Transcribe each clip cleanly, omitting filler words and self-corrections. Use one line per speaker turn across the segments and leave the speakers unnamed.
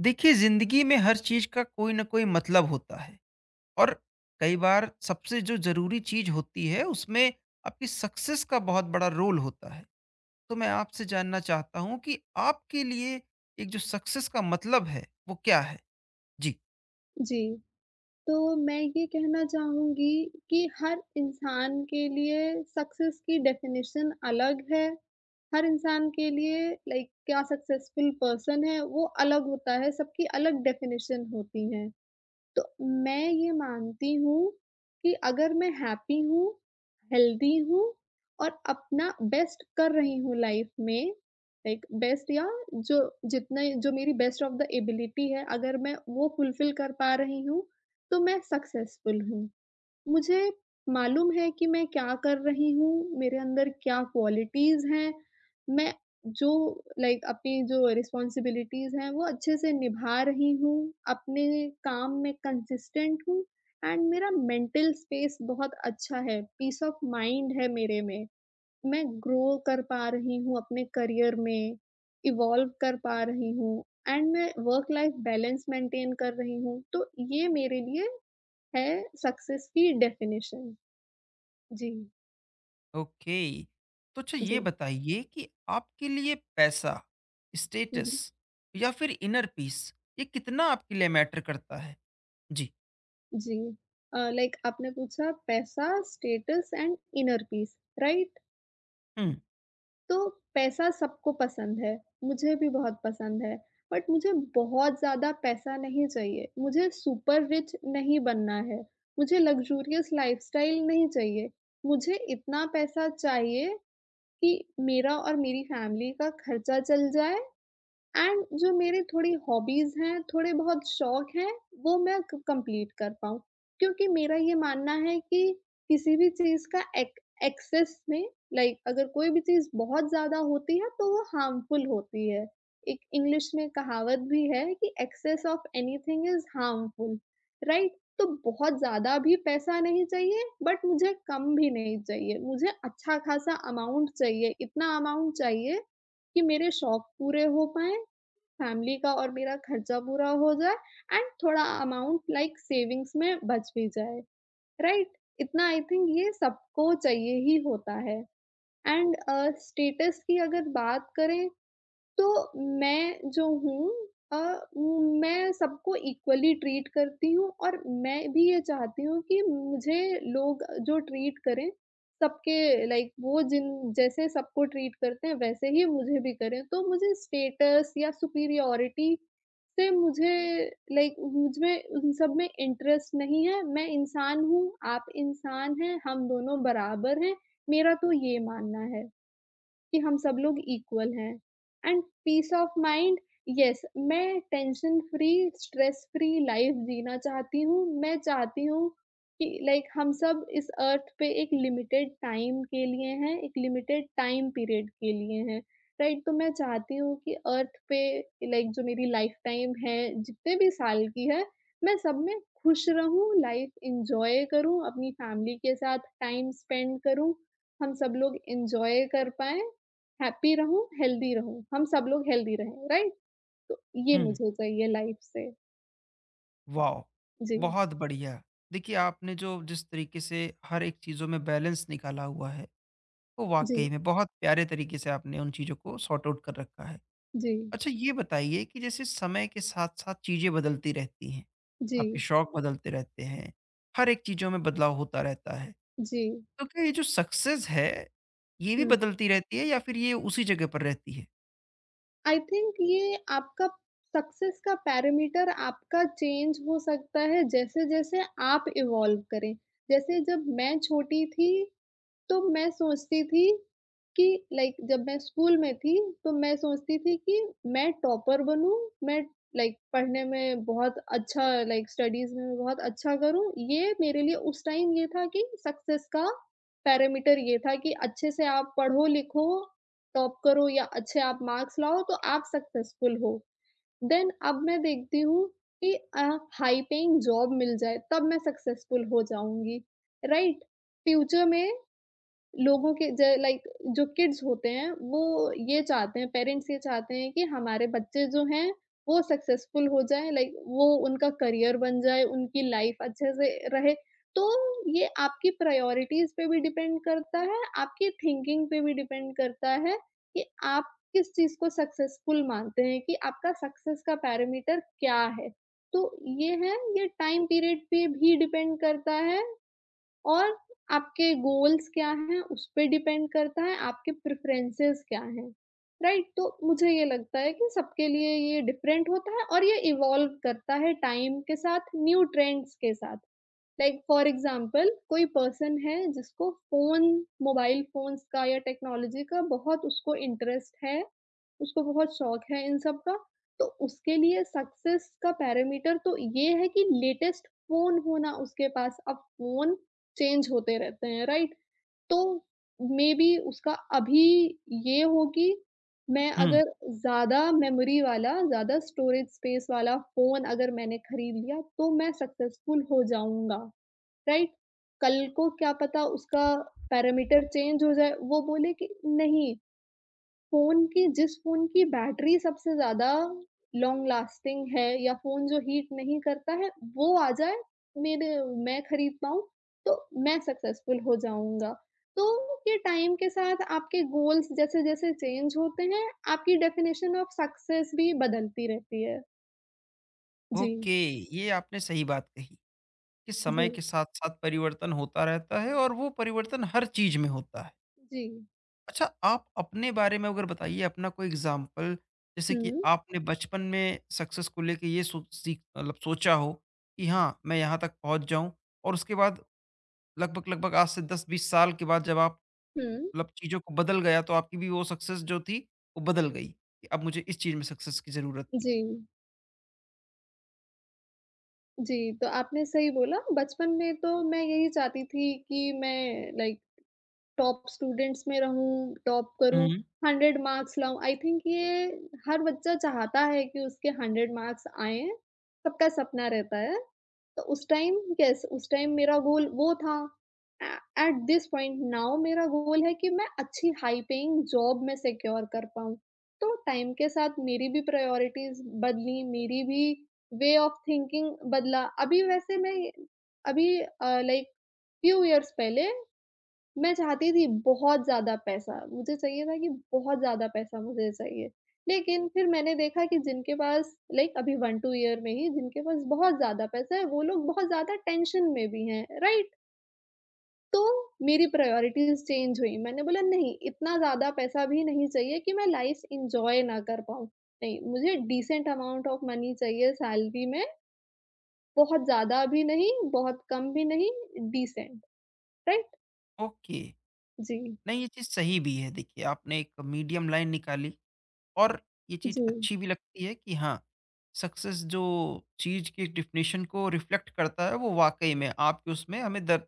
देखिए, जिंदगी में हर चीज का कोई ना कोई मतलब होता है। और कई बार सबसे जो जरूरी चीज होती है उसमें आपकी सक्सेस का बहुत बड़ा रोल होता है। तो मैं आपसे जानना चाहता हूँ कि आपके लिए एक जो सक्सेस का मतलब है वो क्या है। जी।
जी, तो मैं ये कहना चाहूँगी कि हर इंसान के लिए सक्सेस की डेफ़िनेशन अलग है। हर इंसान के लिए लाइक क्या सक्सेसफुल पर्सन है, वो अलग होता है, सबकी अलग डेफ़िनेशन होती हैं। तो मैं ये मानती हूँ कि अगर मैं हैप्पी हूँ, हेल्दी हूँ और अपना बेस्ट कर रही हूँ लाइफ में, लाइक बेस्ट या जो जितना जो मेरी बेस्ट ऑफ द एबिलिटी है, अगर मैं वो फुलफिल कर पा रही हूँ, तो मैं सक्सेसफुल हूँ। मुझे मालूम है कि मैं क्या कर रही हूँ, मेरे अंदर क्या क्वालिटीज़ हैं। मैं जो लाइक अपनी जो रिस्पॉन्सिबिलिटीज़ हैं, वो अच्छे से निभा रही हूँ, अपने काम में कंसिस्टेंट हूँ एंड मेरा मेंटल स्पेस बहुत अच्छा है, पीस ऑफ माइंड है मेरे में। मैं ग्रो कर पा रही हूँ अपने करियर में, इवॉल्व कर पा रही हूँ एंड मैं वर्क लाइफ बैलेंस मेंटेन कर रही हूँ, तो ये मेरे लिए है सक्सेस की डेफिनिशन। जी,
ओके। तो अच्छा ये
जी।
बताइए कि आपके लिए पैसा,
हुँ,
स्टेटस
हुँ।
या फिर इनर पीस, ये कितना आपके लिए मैटर करता है। जी।
जी। लाइक आपने पूछा पैसा, status and inner peace, right?
हम्म।
तो पैसा सबको पसंद है, मुझे भी बहुत पसंद है, बट मुझे बहुत ज़्यादा पैसा नहीं चाहिए, मुझे सुपर रिच नहीं बनना है, मुझे लग्ज़ूरियस लाइफ़स्टाइल नहीं चाहिए। मुझे इतना पैसा चाहिए कि मेरा और मेरी फैमिली का खर्चा चल जाए एंड जो मेरे थोड़ी हॉबीज़ हैं, थोड़े-बहुत शौक हैं, वो मैं क कंप्लीट कर पाऊँ। क्योंकि मेरा ये मानना है कि किसी भी चीज़ का एक एक्सेस में लाइक अगर कोई भी चीज़ बहुत ज़्यादा होती है, तो वो हार्मफुल होती है। एक इंग्लिश में कहावत भी है कि excess of anything is harmful, right? तो बहुत ज़्यादा भी पैसा नहीं चाहिए, बट मुझे कम भी नहीं चाहिए। मुझे अच्छा-खासा अमाउंट चाहिए, इतना अमाउंट चाहिए कि मेरे शौक पूरे हो पाएँ, फैमिली का और मेरा खर्चा पूरा हो जाए एंड थोड़ा अमाउंट लाइक सेविंग्स में बच भी जाए, राइट? इतना आई थिंक ये सबको चाहिए ही होता है एंड स्टेटस की अगर बात करें तो मैं जो हूँ, अ, मैं सबको इक्वली ट्रीट करती हूँ और मैं भी ये चाहती हूँ कि मुझे लोग जो ट्रीट करें सबके लाइक वो जिन जैसे सबको ट्रीट करते हैं वैसे ही मुझे भी करें। तो मुझे स्टेटस या सुपीरियॉरिटी से मुझे लाइक मुझ में उन सब में इंटरेस्ट नहीं है। मैं इंसान हूँ, आप इंसान हैं, हम दोनों बराबर हैं। मेरा तो ये मानना है कि हम सब लोग इक्वल हैं and peace of mind, yes, मैं tension free stress free life जीना चाहती हूँ। मैं चाहती हूँ कि लाइक हम सब इस अर्थ पे एक लिमिटेड टाइम के लिए हैं, एक लिमिटेड टाइम पीरियड के लिए हैं, राइट? तो मैं चाहती हूँ कि अर्थ पे लाइक जो मेरी लाइफ टाइम है, जितने भी साल की है, मैं सब में खुश रहूँ, लाइफ इंजॉय करूँ, अपनी फैमिली के साथ टाइम स्पेंड करूँ, हम सब लोग इंजॉय कर पाए, हैप्पी रहूँ, हेल्दी रहूँ, हम सब लोग हेल्दी रहें, राइट? तो ये मुझे चाहिए लाइफ से।
वाह!
जी,
बहुत बढ़िया। देखिए, आपने जो जिस तरीके से हर एक चीज़ों में बैलेंस निकाला हुआ है, वो वाक़ई
जी,
में बहुत प्यारे तरीके से आपने उन चीज़ों को सॉर्ट आउट कर रखा है।
जी,
अच्छा ये बताइए कि जैसे समय के साथ-साथ चीज़ें बदलती रहती हैं, आपके
जी,
शौक बदलते रहते हैं, हर एक चीज़ों में बदलाव होता रहता है।
जी।
तो क्या ये जो सक्सेस है, ये भी
हुँ,
बदलती रहती है या फिर ये उसी जगह पर रहती है?
आई थिंक ये आपका सक्सेस का पैरामीटर आपका चेंज हो सकता है जैसे-जैसे आप इवॉल्व करें। जैसे जब मैं छोटी थी तो मैं सोचती थी कि लाइक जब मैं स्कूल में थी, तो मैं सोचती थी कि मैं टॉपर बनूँ, मैं लाइक पढ़ने में बहुत अच्छा लाइक स्टडीज़ में मैं बहुत अच्छा करूँ। ये मेरे लिए उस टाइम ये था कि सक्सेस का पैरामीटर ये था कि अच्छे से आप पढ़ो-लिखो, टॉप करो या अच्छे आप मार्क्स लाओ तो आप सक्सेसफुल हो। देन अब मैं देखती हूँ कि अ, हाई पेइंग जॉब मिल जाए तब मैं सक्सेसफुल हो जाऊँगी, राइट? फ्यूचर में लोगों के ज लाइक जो किड्स होते हैं, वो ये चाहते हैं, पेरेंट्स ये चाहते हैं कि हमारे बच्चे जो हैं, वो सक्सेसफुल हो जाएँ, लाइक वो उनका करियर बन जाए, उनकी लाइफ़ अच्छे से रहे। तो ये आपकी प्रायोरिटीज़ पे भी डिपेंड करता है, आपकी थिंकिंग पे भी डिपेंड करता है कि आप किस चीज़ को सक्सेसफुल मानते हैं, कि आपका सक्सेस का पैरामीटर क्या है? तो ये है, ये टाइम पीरियड पे भी डिपेंड करता है और आपके गोल्स क्या हैं, उस पे डिपेंड करता है, आपके प्रेफ़रेंसेस क्या हैं, राइट? तो मुझे ये लगता है कि सबके लिए ये डिफरेंट होता है और ये इवॉल्व करता है टाइम के साथ, न्यू ट्रेंड्स के साथ। लाइक फॉर एग्ज़ाम्पल कोई पर्सन है जिसको फ़ोन मोबाइल फ़ोन्स का या टेक्नोलॉजी का बहुत उसको इंटरेस्ट है, उसको बहुत शौक है इन सब का, तो उसके लिए सक्सेस का पैरामीटर तो ये है कि लेटेस्ट फ़ोन होना उसके पास। अब फ़ोन चेंज होते रहते हैं, राइट? तो मेबी उसका अभी ये हो कि मैं
हुँ।
अगर ज़्यादा मेमोरी वाला, ज़्यादा स्टोरेज स्पेस वाला फ़ोन अगर मैंने खरीद लिया, तो मैं सक्सेसफुल हो जाऊँगा, राइट? कल को क्या पता उसका पैरामीटर चेंज हो जाए, वो बोले कि नहीं, फ़ोन की जिस फ़ोन की बैटरी सबसे ज़्यादा लॉन्ग लास्टिंग है या फ़ोन जो हीट नहीं करता है, वो आ जाए, मेरे मैं खरीद पाऊँ, तो मैं सक्सेसफुल हो जाऊँगा। तो ये टाइम के साथ आपके गोल्स जैसे-जैसे चेंज होते हैं, आपकी डेफ़िनेशन ऑफ सक्सेस भी बदलती रहती है। जी,
ओके, ये आपने सही बात कही। कि
जी,
समय के साथ-साथ परिवर्तन होता रहता है और वो परिवर्तन हर चीज़ में होता है।
जी।
अच्छा, आप अपने बारे में अगर बताइए अपना कोई एग्ज़ाम्पल, जैसे कि
हुँ,
आपने बचपन में सक्सेस को लेके ये सोच सीख मतलब सोचा हो कि हाँ, मैं यहाँ तक पहुँच जाऊँ, और उसके बाद लगभग-लगभग आज से 10-20 साल के बाद जब आप
हुँ।
मतलब चीज़ों को बदल गया तो आपकी भी वो सक्सेस जो थी वो बदल गई कि अब मुझे इस चीज़ में सक्सेस की ज़रूरत थी।
जी, जी, तो आपने सही बोला बचपन में तो मैं यही चाहती थी कि मैं लाइक टॉप स्टूडेंट्स में रहूँ, टॉप करूँ,
हुँ।
100 मार्क्स लाऊँ, आई थिंक ये हर बच्चा चाहता है कि उसके 100 मार्क्स आएँ, सबका सपना रहता है। तो उस टाइम, येस, उस टाइम मेरा गोल वो था। Uh at this point now मेरा गोल है कि मैं अच्छी हाई पेइंग जॉब में सिक्योर कर पाऊँ। तो टाइम के साथ मेरी भी प्रायोरिटीज़ बदली, मेरी भी वे ऑफ थिंकिंग बदला। अभी वैसे मैं अभी अ, लाइक फ्यू इयर्स पहले मैं चाहती थी बहुत ज़्यादा पैसा, मुझे चाहिए था कि बहुत ज़्यादा पैसा मुझे चाहिए। लेकिन फिर मैंने देखा कि जिनके पास लाइक अभी 1-2 ईयर में ही जिनके पास बहुत ज़्यादा पैसा है, वो लोग बहुत ज़्यादा टेंशन में भी हैं, राइट? तो मेरी प्रायोरिटीज़ चेंज हुई। मैंने बोला नहीं, इतना ज़्यादा पैसा भी नहीं चाहिए कि मैं लाइफ़ एन्जॉय ना कर पाऊँ। नहीं, मुझे डिसेंट अमाउंट ऑफ मनी चाहिए सैलरी में, बहुत ज़्यादा भी नहीं, बहुत कम भी नहीं, डिसेंट, राइट?
ओके,
जी,
नहीं ये चीज़ सही भी है। देखिए आपने एक मीडियम लाइन निकाली और ये चीज़
जी,
अच्छी भी लगती है कि हाँ, सक्सेस जो चीज़ की डेफ़िनेशन को रिफ्लेक्ट करता है वो वाक़ई में आपके उसमें हमें दर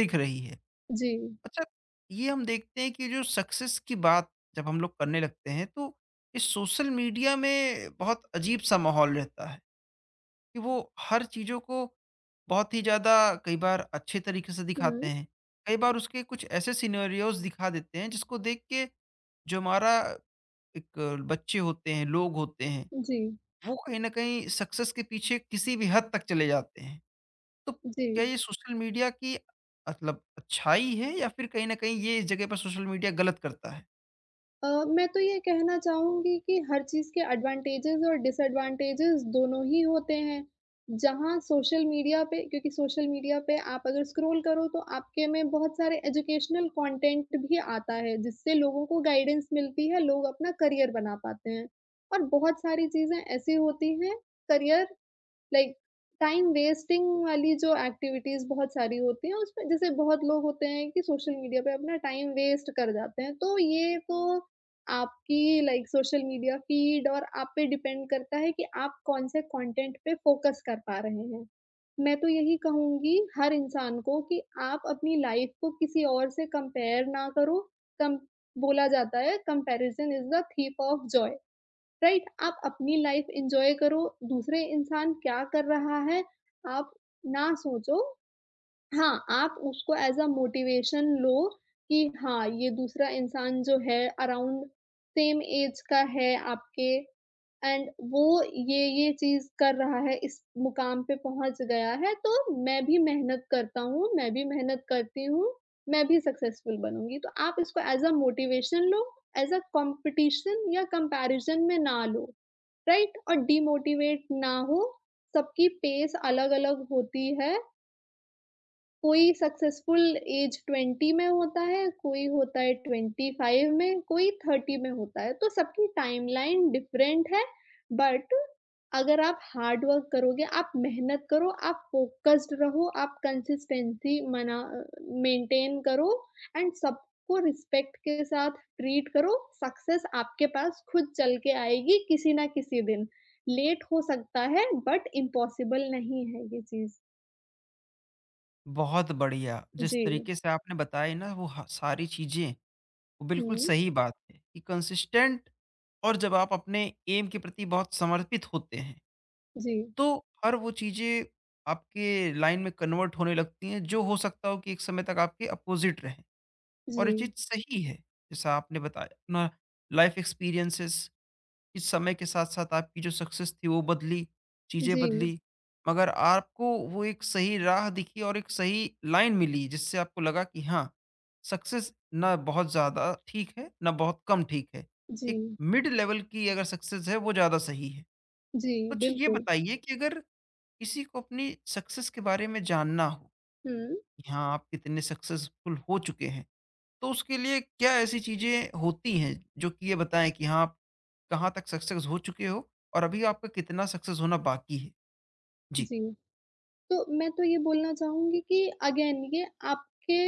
दिख रही है।
जी।
अच्छा, ये हम देखते हैं कि जो सक्सेस की बात जब हम लोग करने लगते हैं तो इस सोशल मीडिया में बहुत अजीब-सा माहौल रहता है कि वो हर चीज़ों को बहुत ही ज़्यादा कई बार अच्छे तरीके से दिखाते
हुँ।
हैं। कई बार उसके कुछ ऐसे सिनेरियोज़ दिखा देते हैं जिसको देख के जो हमारा एक बच्चे होते हैं, लोग होते हैं,
जी,
वो कहीं न कहीं सक्सेस के पीछे किसी भी हद तक चले जाते हैं। तो
जी।
क्या ये सोशल मीडिया की मतलब अच्छाई है या फिर कहीं न कहीं ये इस जगह पर सोशल मीडिया गलत करता है?
अ, मैं तो ये कहना चाहूँगी कि हर चीज़ के एडवांटेजेज़ और डिसएडवांटेजेज़ दोनों ही होते हैं। जहाँ सोशल मीडिया पे, क्योंकि सोशल मीडिया पे आप अगर स्क्रॉल करो तो आपके में बहुत सारे एजुकेशनल कंटेंट भी आता है, जिससे लोगों को गाइडेंस मिलती है, लोग अपना करियर बना पाते हैं। और बहुत सारी चीज़ें ऐसी होती हैं, करियर लाइक टाइम वेस्टिंग वाली जो एक्टिविटीज़ बहुत सारी होती हैं, उसमें जैसे बहुत लोग होते हैं कि सोशल मीडिया पे अपना टाइम वेस्ट कर जाते हैं, तो ये तो आपकी लाइक सोशल मीडिया फ़ीड और आप पे डिपेंड करता है कि आप कौन से कंटेंट पे फ़ोकस कर पा रहे हैं। मैं तो यही कहूँगी हर इंसान को कि आप अपनी लाइफ़ को किसी और से कंपेयर ना करो, कम बोला जाता है comparison is the thief of joy. Right? आप अपनी लाइफ एन्जॉय करो, दूसरे इंसान क्या कर रहा है, आप ना सोचो। हाँ, आप उसको एज़ अ मोटिवेशन लो कि हाँ, ये दूसरा इंसान जो है, अराउंड सेम ऐज का है आपके एंड वो ये-ये चीज़ कर रहा है, इस मुकाम पे पहुँच गया है, तो मैं भी मेहनत करता हूँ, मैं भी मेहनत करती हूँ, मैं भी सक्सेसफुल बनूँगी। तो आप इसको एज़ अ मोटिवेशन लो, एज़ अ कॉम्पिटिशन या कंपैरिज़न में ना लो। राइट? और डिमोटिवेट ना हो। सबकी पेस अलग-अलग होती है, कोई सक्सेसफुल एज 20 में होता है, कोई होता है 25 में, कोई 30 में होता है, तो सबकी टाइमलाइन डिफरेंट है, बट अगर आप हार्ड वर्क करोगे, आप मेहनत करो, आप फ़ोकस्ड रहो, आप कंसिस्टेंसी मेंटेन करो एंड सबको रिस्पेक्ट के साथ ट्रीट करो, सक्सेस आपके पास खुद चल के आएगी किसी ना किसी दिन। लेट हो सकता है बट इम्पॉसिबल नहीं है ये चीज़।
बहुत बढ़िया, जिस
जी।
तरीके से आपने बताई ना वो ह सारी चीज़ें, वो बिल्कुल
हुँ,
सही बात है कि कंसिस्टेंट और जब आप अपने ऐम के प्रति बहुत समर्पित होते हैं,
जी।
तो हर वो चीज़ें आपके लाइन में कन्वर्ट होने लगती हैं, जो हो सकता हो कि एक समय तक आपके अपोज़िट रहें। और ये चीज़
जी,
सही है, जैसा आपने बताया अपना लाइफ़ एक्सपीरियंसेस इस समय के साथ-साथ आपकी जो सक्सेस थी वो बदली, चीज़ें
जी,
बदली, मगर आपको वो एक सही राह दिखी और एक सही लाइन मिली जिससे आपको लगा कि हाँ, सक्सेस ना बहुत ज़्यादा ठीक है, ना बहुत कम ठीक है। एक
जी,
मिड लेवल की अगर सक्सेस है वो ज़्यादा सही है।
जी,
तो अच्छा ये
बिल्कुल।
बताइए कि अगर किसी को अपनी सक्सेस के बारे में जानना हो,
हुँ,
कि हाँ आप कितने सक्सेसफुल हो चुके हैं। तो उसके लिए क्या ऐसी चीज़ें होती हैं जो कि ये बताएँ कि हाँ, आप कहाँ तक सक्सेस हो चुके हो और अभी आपका कितना सक्सेस होना बाकी है? जी।
जी। तो मैं तो ये बोलना चाहूँगी कि अगेन ये आपके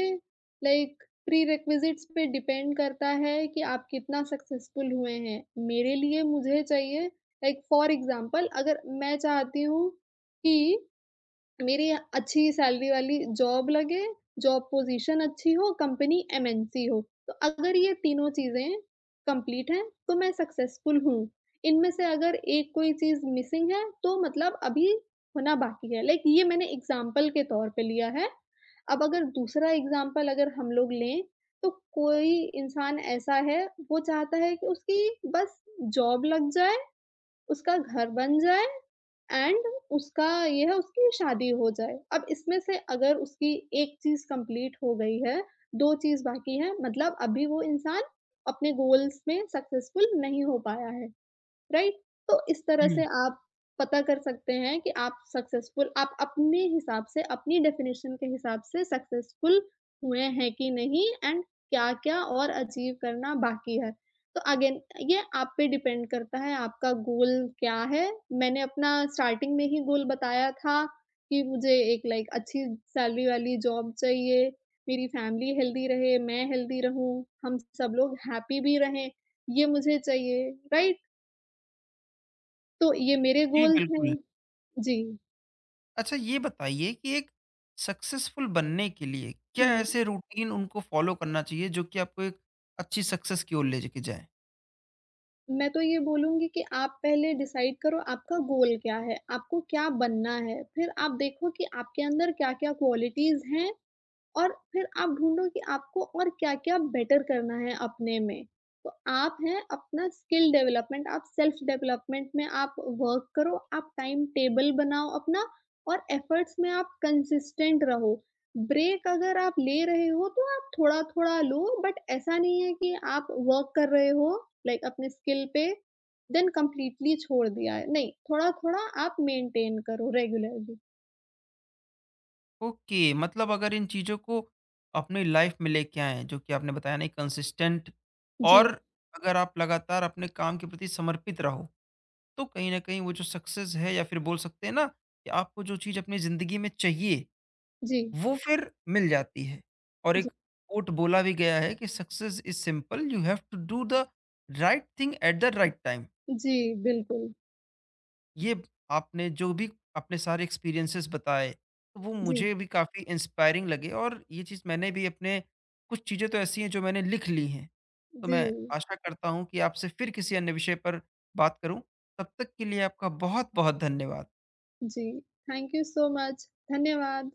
लाइक प्रीरेक्विज़िट्स पे डिपेंड करता है कि आप कितना सक्सेसफुल हुए हैं। मेरे लिए मुझे चाहिए लाइक फॉर एग्ज़ाम्पल, अगर मैं चाहती हूँ कि मेरी अच्छी सैलरी वाली जॉब लगे, जॉब पोज़ीशन अच्छी हो, कंपनी एमएनसी हो। तो अगर ये तीनों चीज़ें कंप्लीट हैं, तो मैं सक्सेसफुल हूँ। इनमें से अगर एक कोई चीज़ मिसिंग है, तो मतलब अभी होना बाकी है। लाइक ये मैंने एग्ज़ाम्पल के तौर पे लिया है। अब अगर दूसरा एग्ज़ाम्पल अगर हम लोग लें, तो कोई इंसान ऐसा है, वो चाहता है कि उसकी बस जॉब लग जाए, उसका घर बन जाए एंड उसका ये है उसकी शादी हो जाए। अब इसमें से अगर उसकी एक चीज़ कंप्लीट हो गई है, 2 चीज़ बाकी हैं, मतलब अभी वो इंसान अपने गोल्स में सक्सेसफुल नहीं हो पाया है। राइट? तो इस तरह
हुँ।
से आप पता कर सकते हैं कि आप सक्सेसफुल, आप अपने हिसाब से, अपनी डेफ़िनेशन के हिसाब से सक्सेसफुल हुए हैं कि नहीं एंड क्या-क्या और अचीव करना बाकी है। तो अगेन ये आप पे डिपेंड करता है, आपका गोल क्या है। मैंने अपना स्टार्टिंग में ही गोल बताया था कि मुझे एक लाइक अच्छी सैलरी वाली जॉब चाहिए, मेरी फैमिली हेल्दी रहे, मैं हेल्दी रहूँ, हम सब लोग हैप्पी भी रहें, ये मुझे चाहिए, राइट? तो ये मेरे
जी,
गोल्स
बिल्कुल।
हैं। जी,
अच्छा ये बताइए कि एक सक्सेसफुल बनने के लिए क्या
हुँ।
ऐसे रूटीन उनको फॉलो करना चाहिए जो कि आपको एक अच्छी सक्सेस की ओर ले के जाएँ?
मैं तो ये बोलूँगी कि आप पहले डिसाइड करो आपका गोल क्या है? आपको क्या बनना है? फिर आप देखो कि आपके अंदर क्या-क्या क्वालिटीज़ हैं, और फिर आप ढूँढो कि आपको और क्या-क्या बेटर करना है अपने में। तो आप हैं अपना स्किल डेवलपमेंट, आप सेल्फ डेवलपमेंट में आप वर्क करो, आप टाइम टेबल बनाओ अपना, और एफर्ट्स में आप कंसिस्टेंट रहो। ब्रेक अगर आप ले रहे हो तो आप थोड़ा-थोड़ा लो, बट ऐसा नहीं है कि आप वर्क कर रहे हो लाइक अपने स्किल पे देन कंप्लीटली छोड़ दिया है। नहीं, थोड़ा-थोड़ा आप मेंटेन करो रेगुलरली।
ओके, मतलब अगर इन चीज़ों को अपनी लाइफ़ में लेके आएँ जो कि आपने बताया नहीं, कंसिस्टेंट,
जी,
और अगर आप लगातार अपने काम के प्रति समर्पित रहो, तो कहीं न कहीं वो जो सक्सेस है या फिर बोल सकते हैं ना कि आपको जो चीज़ अपनी ज़िंदगी में चाहिए,
जी,
वो फिर मिल जाती है। और एक
जी,
कोट बोला भी गया है कि success is simple, you have to do the right thing at the right time.
जी, बिल्कुल।
ये आपने जो भी अपने सारे एक्सपीरियंसेस बताए, तो वो
जी।
मुझे भी काफ़ी इंस्पायरिंग लगे और ये चीज़ मैंने भी अपने कुछ चीज़ें तो ऐसी हैं जो मैंने लिख ली हैं। तो
जी,
मैं आशा करता हूँ कि आपसे फिर किसी अन्य विषय पर बात करूँ। तब तक के लिए आपका बहुत-बहुत धन्यवाद।
जी। Thank you so much. धन्यवाद।